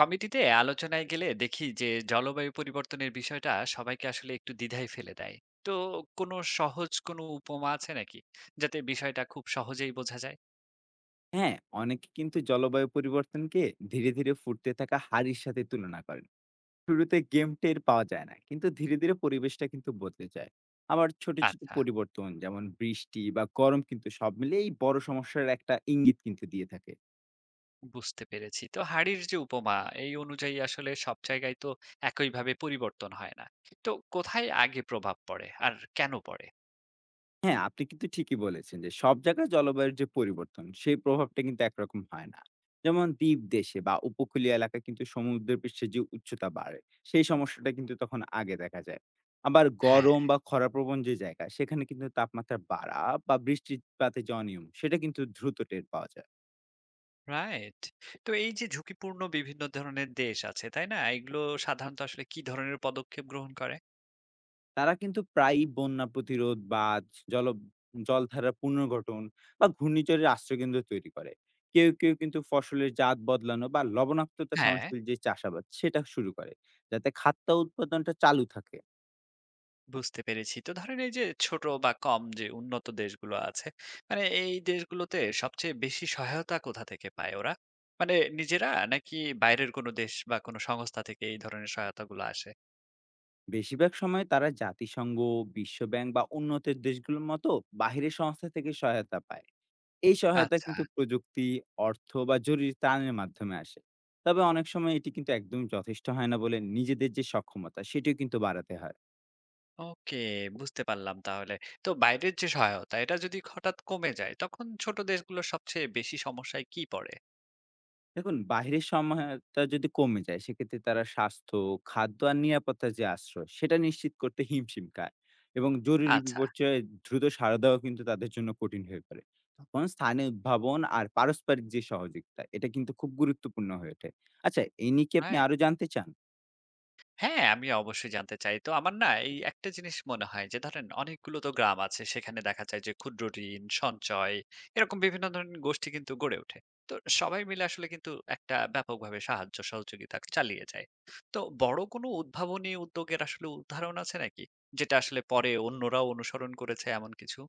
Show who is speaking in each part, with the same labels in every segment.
Speaker 1: কমিটিতে আলোচনায় গেলে দেখি যে জলবায়ু পরিবর্তনের বিষয়টা সবাইকে আসলে একটু দ্বিধায় ফেলে দেয়। তো কোনো সহজ কোনো উপমা আছে নাকি, যাতে বিষয়টা খুব সহজেই বোঝা যায়?
Speaker 2: হ্যাঁ, অনেকে কিন্তু জলবায়ু পরিবর্তনকে ধীরে, ধীরে ফুটতে থাকা হাড়ির সাথে তুলনা করেন। শুরুতে গেম টের পাওয়া যায় না, কিন্তু ধীরে, ধীরে পরিবেশটা কিন্তু বদলে যায়। আবার ছোট, ছোট
Speaker 1: আচ্ছা,
Speaker 2: পরিবর্তন যেমন বৃষ্টি বা গরম কিন্তু সব মিলিয়ে এই বড় সমস্যার একটা ইঙ্গিত কিন্তু দিয়ে থাকে।
Speaker 1: বুঝতে পেরেছি। তো হাড়ির যে উপমা এই অনুযায়ী আসলে সব জায়গায় তো একইভাবে পরিবর্তন হয় না। তো কোথায় আগে প্রভাব পড়ে আর কেন পড়ে?
Speaker 2: হ্যাঁ, আপনি কিন্তু ঠিকই বলেছেন যে সব জায়গায় জলবায়ুর যে পরিবর্তন সেই প্রভাবটা কিন্তু একরকম হয় না। যেমন দ্বীপ দেশে বা উপকূলীয় এলাকায় কিন্তু সমুদ্রপৃষ্ঠের যে উচ্চতা বাড়ে সেই সমস্যাটা কিন্তু তখন আগে দেখা যায়। আবার
Speaker 1: হ্যাঁ।
Speaker 2: গরম বা খরাপ্রবণ যে জায়গা সেখানে কিন্তু তাপমাত্রা বাড়া বা বৃষ্টিপাতে যে অনিয়ম সেটা কিন্তু দ্রুত টের পাওয়া যায়।
Speaker 1: রাইট। তো এই যে ঝুঁকিপূর্ণ বিভিন্ন ধরনের দেশ আছে তাই না, এগুলো সাধারণত আসলে কি ধরনের পদক্ষেপ গ্রহণ করে?
Speaker 2: তারা কিন্তু প্রায়ই বন্যা প্রতিরোধ বাঁধ, জল জলধারা পুনর্গঠন বা ঘূর্ণিঝড়ের আশ্রয়কেন্দ্র তৈরি করে। কেউ, কেউ কিন্তু ফসলের জাত বদলানো বা লবণাক্ততা
Speaker 1: হ্যাঁ।
Speaker 2: সহনশীল যে চাষাবাদ সেটা শুরু করে, যাতে খাদ্য উৎপাদনটা চালু থাকে।
Speaker 1: বুঝতে পেরেছি। তো ধরেন এই যে ছোট বা কম যে উন্নত দেশগুলো আছে, মানে এই দেশগুলোতে সবচেয়ে বেশি সহায়তা কোথা থেকে পায় ওরা? মানে নিজেরা নাকি বাইরের কোনো দেশ বা কোনো সংস্থা থেকে এই ধরনের সহায়তাগুলো আসে?
Speaker 2: বেশিরভাগ সময় তারা জাতিসংঘ, বিশ্বব্যাংক বা উন্নত দেশগুলোর মতো বাহিরের সংস্থা থেকে সহায়তা পায়। এই সহায়তা
Speaker 1: আচ্ছা,
Speaker 2: কিন্তু প্রযুক্তি, অর্থ বা জরুরি ত্রাণের মাধ্যমে আসে। তবে অনেক সময় এটি কিন্তু একদম যথেষ্ট হয় না বলে নিজেদের যে সক্ষমতা সেটিও কিন্তু বাড়াতে হয়।
Speaker 1: ওকে, বুঝতে পারলাম তাহলে। তো বাইরের যে সহায়তা এটা যদি হঠাৎ কমে যায় তখন ছোট দেশগুলো সবচেয়ে বেশি সমস্যায় কি পড়ে?
Speaker 2: দেখুন বাহিরের সময়টা যদি কমে যায় সেক্ষেত্রে তারা স্বাস্থ্য, খাদ্য আর নিরাপত্তার যে আশ্রয় সেটা নিশ্চিত করতে হিমশিম খায় এবং জরুরি
Speaker 1: আচ্ছা,
Speaker 2: বিপর্যয়ে দ্রুত সাড়া দেওয়া কিন্তু তাদের জন্য কঠিন হয়ে পড়ে। তখন স্থানীয় উদ্ভাবন আর পারস্পরিক যে সহযোগিতা এটা কিন্তু খুব গুরুত্বপূর্ণ হয়ে ওঠে। আচ্ছা, এই নিয়ে কি আপনি
Speaker 1: রাইট।
Speaker 2: আরো জানতে চান?
Speaker 1: হ্যাঁ, আমি অবশ্যই জানতে চাই। তো আমার না এই একটা জিনিস মনে হয় যে ধরেন অনেকগুলো তো গ্রাম আছে। সেখানে দেখা যায় যে ক্ষুদ্র ঋণ, সঞ্চয় এরকম বিভিন্ন ধরনের গোষ্ঠী কিন্তু গড়ে ওঠে। তো সবাই মিলে আসলে কিন্তু একটা ব্যাপকভাবে সাহায্য সহযোগিতা চালিয়ে যায়। তো বড় কোনো উদ্ভাবনী উদ্যোগের আসলে উদাহরণ আছে নাকি? যেটা আসলে পরে অন্যরাও অনুসরণ করেছে এমন কিছু?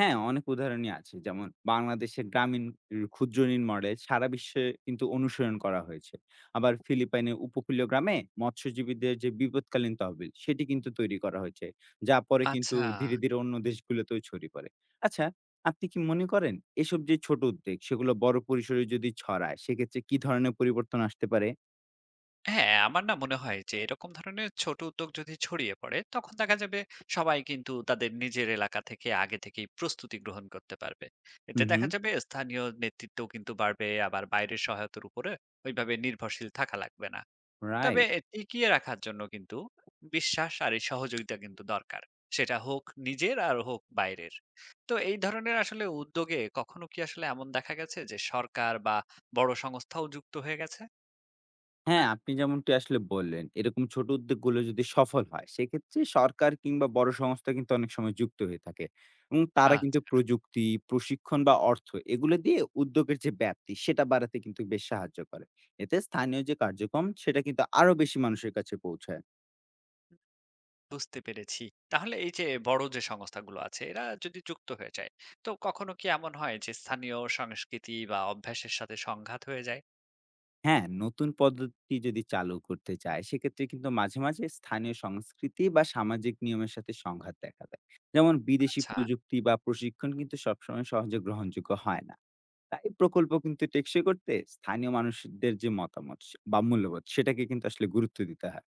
Speaker 2: হ্যাঁ, অনেক উদাহরণই আছে। যেমন বাংলাদেশের গ্রামীণ ক্ষুদ্র ঋণ মডেল সারা বিশ্বে কিন্তু অনুসরণ করা হয়েছে। আবার ফিলিপাইনের উপকূলীয় গ্রামে মৎস্যজীবীদের যে বিপদকালীন তহবিল, সেটি কিন্তু তৈরি করা হয়েছে। যা পরে কিন্তু
Speaker 1: আচ্ছা।
Speaker 2: ধীরে, ধীরে অন্য দেশগুলোতেও ছড়িয়ে পড়ে। আচ্ছা, আপনি কি মনে করেন এসব যে ছোট উদ্যোগ, সেগুলো বড় পরিসরে যদি ছড়ায়, সেক্ষেত্রে কি ধরনের পরিবর্তন আসতে পারে?
Speaker 1: হ্যাঁ, আমার না মনে হয় যে এরকম ধরনের ছোট উদ্যোগ যদি ছড়িয়ে পড়ে তখন দেখা যাবে সবাই কিন্তু তাদের নিজের এলাকা থেকে আগে থেকেই প্রস্তুতি গ্রহণ করতে পারবে।
Speaker 2: হু,
Speaker 1: এতে
Speaker 2: হু।
Speaker 1: দেখা যাবে স্থানীয় নেতৃত্ব কিন্তু বাড়বে, আবার বাইরের সহায়তার উপরে ওইভাবে নির্ভরশীল থাকা লাগবে না। তবে
Speaker 2: রাইট।
Speaker 1: এ টিকিয়ে রাখার জন্য কিন্তু বিশ্বাস আর এই সহযোগিতা কিন্তু দরকার। সেটা হোক নিজের আর হোক বাইরের। তো এই ধরনের আসলে উদ্যোগে কখনো কি আসলে এমন দেখা গেছে যে সরকার বা বড় সংস্থাও যুক্ত হয়ে গেছে?
Speaker 2: হ্যাঁ, আপনি যেমনটি আসলে বললেন, এরকম ছোট উদ্যোগগুলো যদি সফল হয়, সেক্ষেত্রে সরকার কিংবা বড় সংস্থা কিন্তু অনেক সময় যুক্ত হয়ে থাকে এবং তারা কিন্তু
Speaker 1: আচ্ছা।
Speaker 2: প্রযুক্তি, প্রশিক্ষণ বা অর্থ এগুলো দিয়ে উদ্যোগের যে ব্যাপ্তি, সেটা বাড়াতে কিন্তু বেশ সাহায্য করে। এতে স্থানীয় যে কার্যক্রম, সেটা কিন্তু আরো বেশি মানুষের কাছে পৌঁছায়।
Speaker 1: বুঝতে পেরেছি। তাহলে এই যে বড় যে সংস্থাগুলো আছে এরা যদি যুক্ত হয়ে যায়, তো কখনো কি এমন হয় যে স্থানীয় সংস্কৃতি বা অভ্যাসের সাথে সংঘাত হয়ে যায়?
Speaker 2: হ্যাঁ, নতুন পদ্ধতি যদি চালু করতে চায়, সেক্ষেত্রে কিন্তু মাঝে, মাঝে স্থানীয় সংস্কৃতি বা সামাজিক নিয়মের সাথে সংঘাত দেখা দেয়। যেমন বিদেশি
Speaker 1: আচ্ছা,
Speaker 2: প্রযুক্তি বা প্রশিক্ষণ কিন্তু সবসময় সহজে গ্রহণযোগ্য হয় না। তাই প্রকল্প কিন্তু টেকসই করতে স্থানীয় মানুষদের যে মতামত বা মূল্যবোধ সেটাকে কিন্তু আসলে গুরুত্ব দিতে হয়।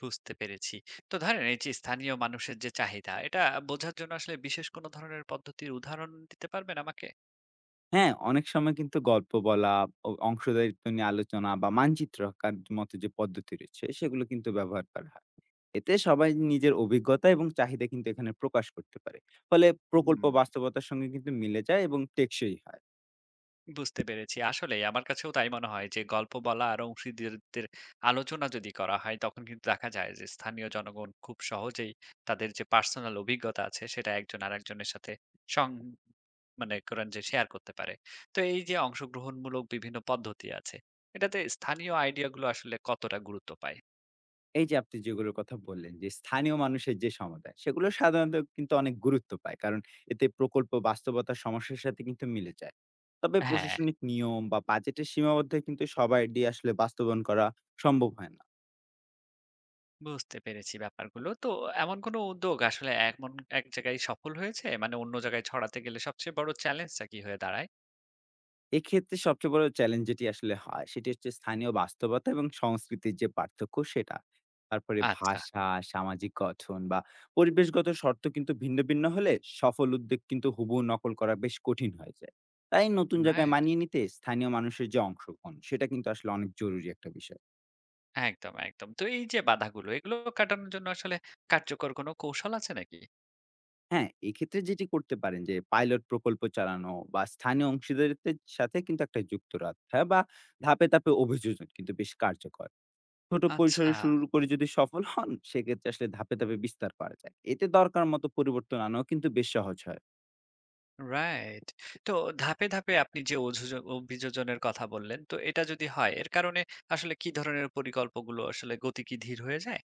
Speaker 1: বুঝতে পেরেছি। তো ধরেন এই যে স্থানীয় মানুষের যে চাহিদা এটা বোঝার জন্য আসলে বিশেষ কোনো ধরনের পদ্ধতির উদাহরণ দিতে পারবেন আমাকে?
Speaker 2: হ্যাঁ, অনেক সময় কিন্তু গল্প বলা অংশদারিত্ব নিয়ে আলোচনা বা মানচিত্র আঁকার মতো যে পদ্ধতি রয়েছে সেগুলো কিন্তু ব্যবহার করা হয়। এতে সবাই নিজের অভিজ্ঞতা এবং চাহিদা কিন্তু এখানে প্রকাশ করতে পারে। ফলে প্রকল্প
Speaker 1: হুম।
Speaker 2: বাস্তবতার সঙ্গে কিন্তু মিলে যায় এবং টেকসই হয়।
Speaker 1: বুঝতে পেরেছি। আসলেই আমার কাছেও তাই মনে হয় যে গল্প বলা আর অংশীদারদের আলোচনা যদি করা হয় তখন কিন্তু দেখা যায় যে স্থানীয় জনগণ খুব সহজেই তাদের যে পার্সোনাল অভিজ্ঞতা আছে সেটা একজন আরেকজনের সাথে সং মানে করেন যে শেয়ার করতে পারে। তো এই যে অংশগ্রহণমূলক বিভিন্ন পদ্ধতি আছে, এটাতে স্থানীয় আইডিয়া গুলো আসলে কতটা গুরুত্ব পায়?
Speaker 2: এই যে আপনি যেগুলোর কথা বললেন যে স্থানীয় মানুষের যে সমাধান সেগুলো সাধারণত কিন্তু অনেক গুরুত্ব পায় কারণ এতে প্রকল্প বাস্তবতার সমস্যার সাথে কিন্তু মিলে যায়। তবে
Speaker 1: হ্যাঁ,
Speaker 2: প্রশাসনিক নিয়ম বা বাজেটের সীমাবদ্ধ কিন্তু সবাই দিয়ে আসলে বাস্তবায়ন করা সম্ভব হয় না।
Speaker 1: বুঝতে পেরেছি ব্যাপারগুলো। তো এমন কোনো উদ্যোগ আসলে এমন এক জায়গায় সফল হয়েছে? মানে অন্য জায়গায় ছড়াতে গেলে সবচেয়ে বড় চ্যালেঞ্জটা কি হয়ে দাঁড়ায়?
Speaker 2: এক্ষেত্রে সবচেয়ে বড় চ্যালেঞ্জ যেটি আসলে হয় সেটি হচ্ছে স্থানীয় বাস্তবতা এবং সংস্কৃতির যে পার্থক্য সেটা। তারপরে
Speaker 1: আচ্ছা,
Speaker 2: ভাষা, সামাজিক গঠন বা পরিবেশগত শর্ত কিন্তু ভিন্ন ভিন্ন হলে সফল উদ্যোগ কিন্তু হুবহু নকল করা বেশ কঠিন হয়ে যায়। তাই নতুন জায়গায়
Speaker 1: রাইট।
Speaker 2: মানিয়ে নিতে স্থানীয় মানুষের যে অংশগ্রহণ সেটা কিন্তু আসলে অনেক জরুরি একটা বিষয়।
Speaker 1: একদম, একদম। তো এই যে বাধাগুলো, এগুলো কাটানোর জন্য আসলে কার্যকর কোনো কৌশল আছে নাকি?
Speaker 2: হ্যাঁ, এক্ষেত্রে যেটি করতে পারেন যে পাইলট প্রকল্প চালানো বা স্থানীয় অংশীদারিত্বের সাথে কিন্তু একটা যুক্ত রাখা বা ধাপে, ধাপে অভিযোজন কিন্তু বেশ কার্যকর। ছোট পরিসরে
Speaker 1: আচ্ছা,
Speaker 2: শুরু করে যদি সফল হন, সেক্ষেত্রে আসলে ধাপে, ধাপে বিস্তার করা যায়। এতে দরকার মতো পরিবর্তন আনাও কিন্তু বেশ সহজ হয়।
Speaker 1: রাইট। তো ধাপে, ধাপে আপনি যে অভিযোজনের কথা বললেন, তো এটা যদি হয়, এর কারণে আসলে কি ধরনের পরিকল্পগুলো আসলে গতি কি ধীর হয়ে যায়?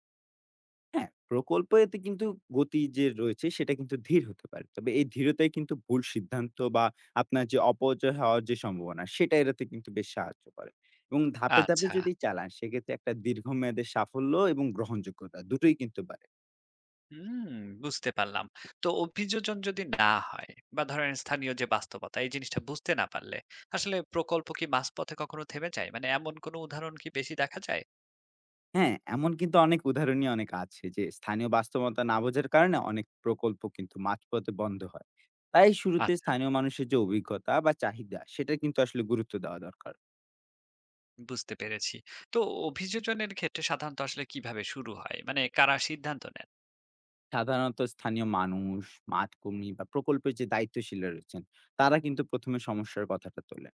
Speaker 2: হ্যাঁ, প্রকল্প এতে কিন্তু গতি যে রয়েছে সেটা কিন্তু ধীর হতে পারে। তবে এই ধীরতাই কিন্তু ভুল সিদ্ধান্ত বা আপনার যে অপচয় হওয়ার যে সম্ভাবনা সেটা এড়াতে কিন্তু বেশ সাহায্য করে। এবং ধাপে, ধাপে
Speaker 1: আচ্ছা।
Speaker 2: যদি চালান সেক্ষেত্রে একটা দীর্ঘমেয়াদে সাফল্য এবং গ্রহণযোগ্যতা দুটোই কিন্তু বাড়ে।
Speaker 1: হুম, বুঝতে পারলাম। তো অভিযোজন যদি না হয় বা ধরেন স্থানীয় যে বাস্তবতা, এই জিনিসটা বুঝতে না পারলে আসলে প্রকল্প কি মাঝপথে কখনো থেমে যায়? মানে এমন কোনো উদাহরণ কি বেশি দেখা যায়?
Speaker 2: হ্যাঁ, এমন কিন্তু অনেক উদাহরণই অনেক আছে যে স্থানীয় বাস্তবতা না বোঝার কারণে অনেক প্রকল্প কিন্তু মাঝপথে বন্ধ হয়। তাই শুরুতে
Speaker 1: আচ্ছা।
Speaker 2: স্থানীয় মানুষের যে অভিজ্ঞতা বা চাহিদা সেটা কিন্তু আসলে গুরুত্ব দেওয়া দরকার।
Speaker 1: বুঝতে পেরেছি। তো অভিযোজনের ক্ষেত্রে সাধারণত আসলে কিভাবে শুরু হয়? মানে কারা সিদ্ধান্ত নেন?
Speaker 2: সাধারণত স্থানীয় মানুষ, মাঠকর্মী বা প্রকল্পের যে দায়িত্বশীলরা রয়েছেন, তারা কিন্তু প্রথম এ সমস্যার কথাটা তোলেন।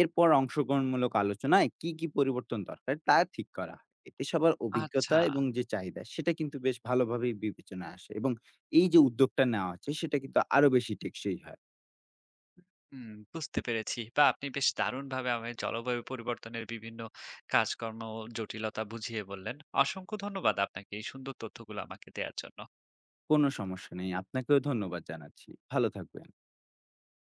Speaker 2: এরপর অংশগ্রহণমূলক আলোচনায় কি, কি পরিবর্তন দরকার তা ঠিক করা হয়। এতে সবার অভিজ্ঞতা
Speaker 1: আচ্ছা,
Speaker 2: এবং যে চাহিদা সেটা কিন্তু বেশ ভালোভাবেই বিবেচনায় আসে এবং এই যে উদ্যোগটা নেওয়া হচ্ছে সেটা কিন্তু আরো বেশি টেকসই হয়।
Speaker 1: হুম, বুঝতে পেরেছি। বা আপনি বেশ দারুণভাবে আমায় জলবায়ু পরিবর্তনের বিভিন্ন কাজকর্ম জটিলতা বুঝিয়ে বললেন। অসংখ্য ধন্যবাদ আপনাকে এই সুন্দর তথ্যগুলো আমাকে দেয়ার জন্য।
Speaker 2: কোনো সমস্যা নেই। আপনাকেও ধন্যবাদ জানাচ্ছি। ভালো থাকবেন।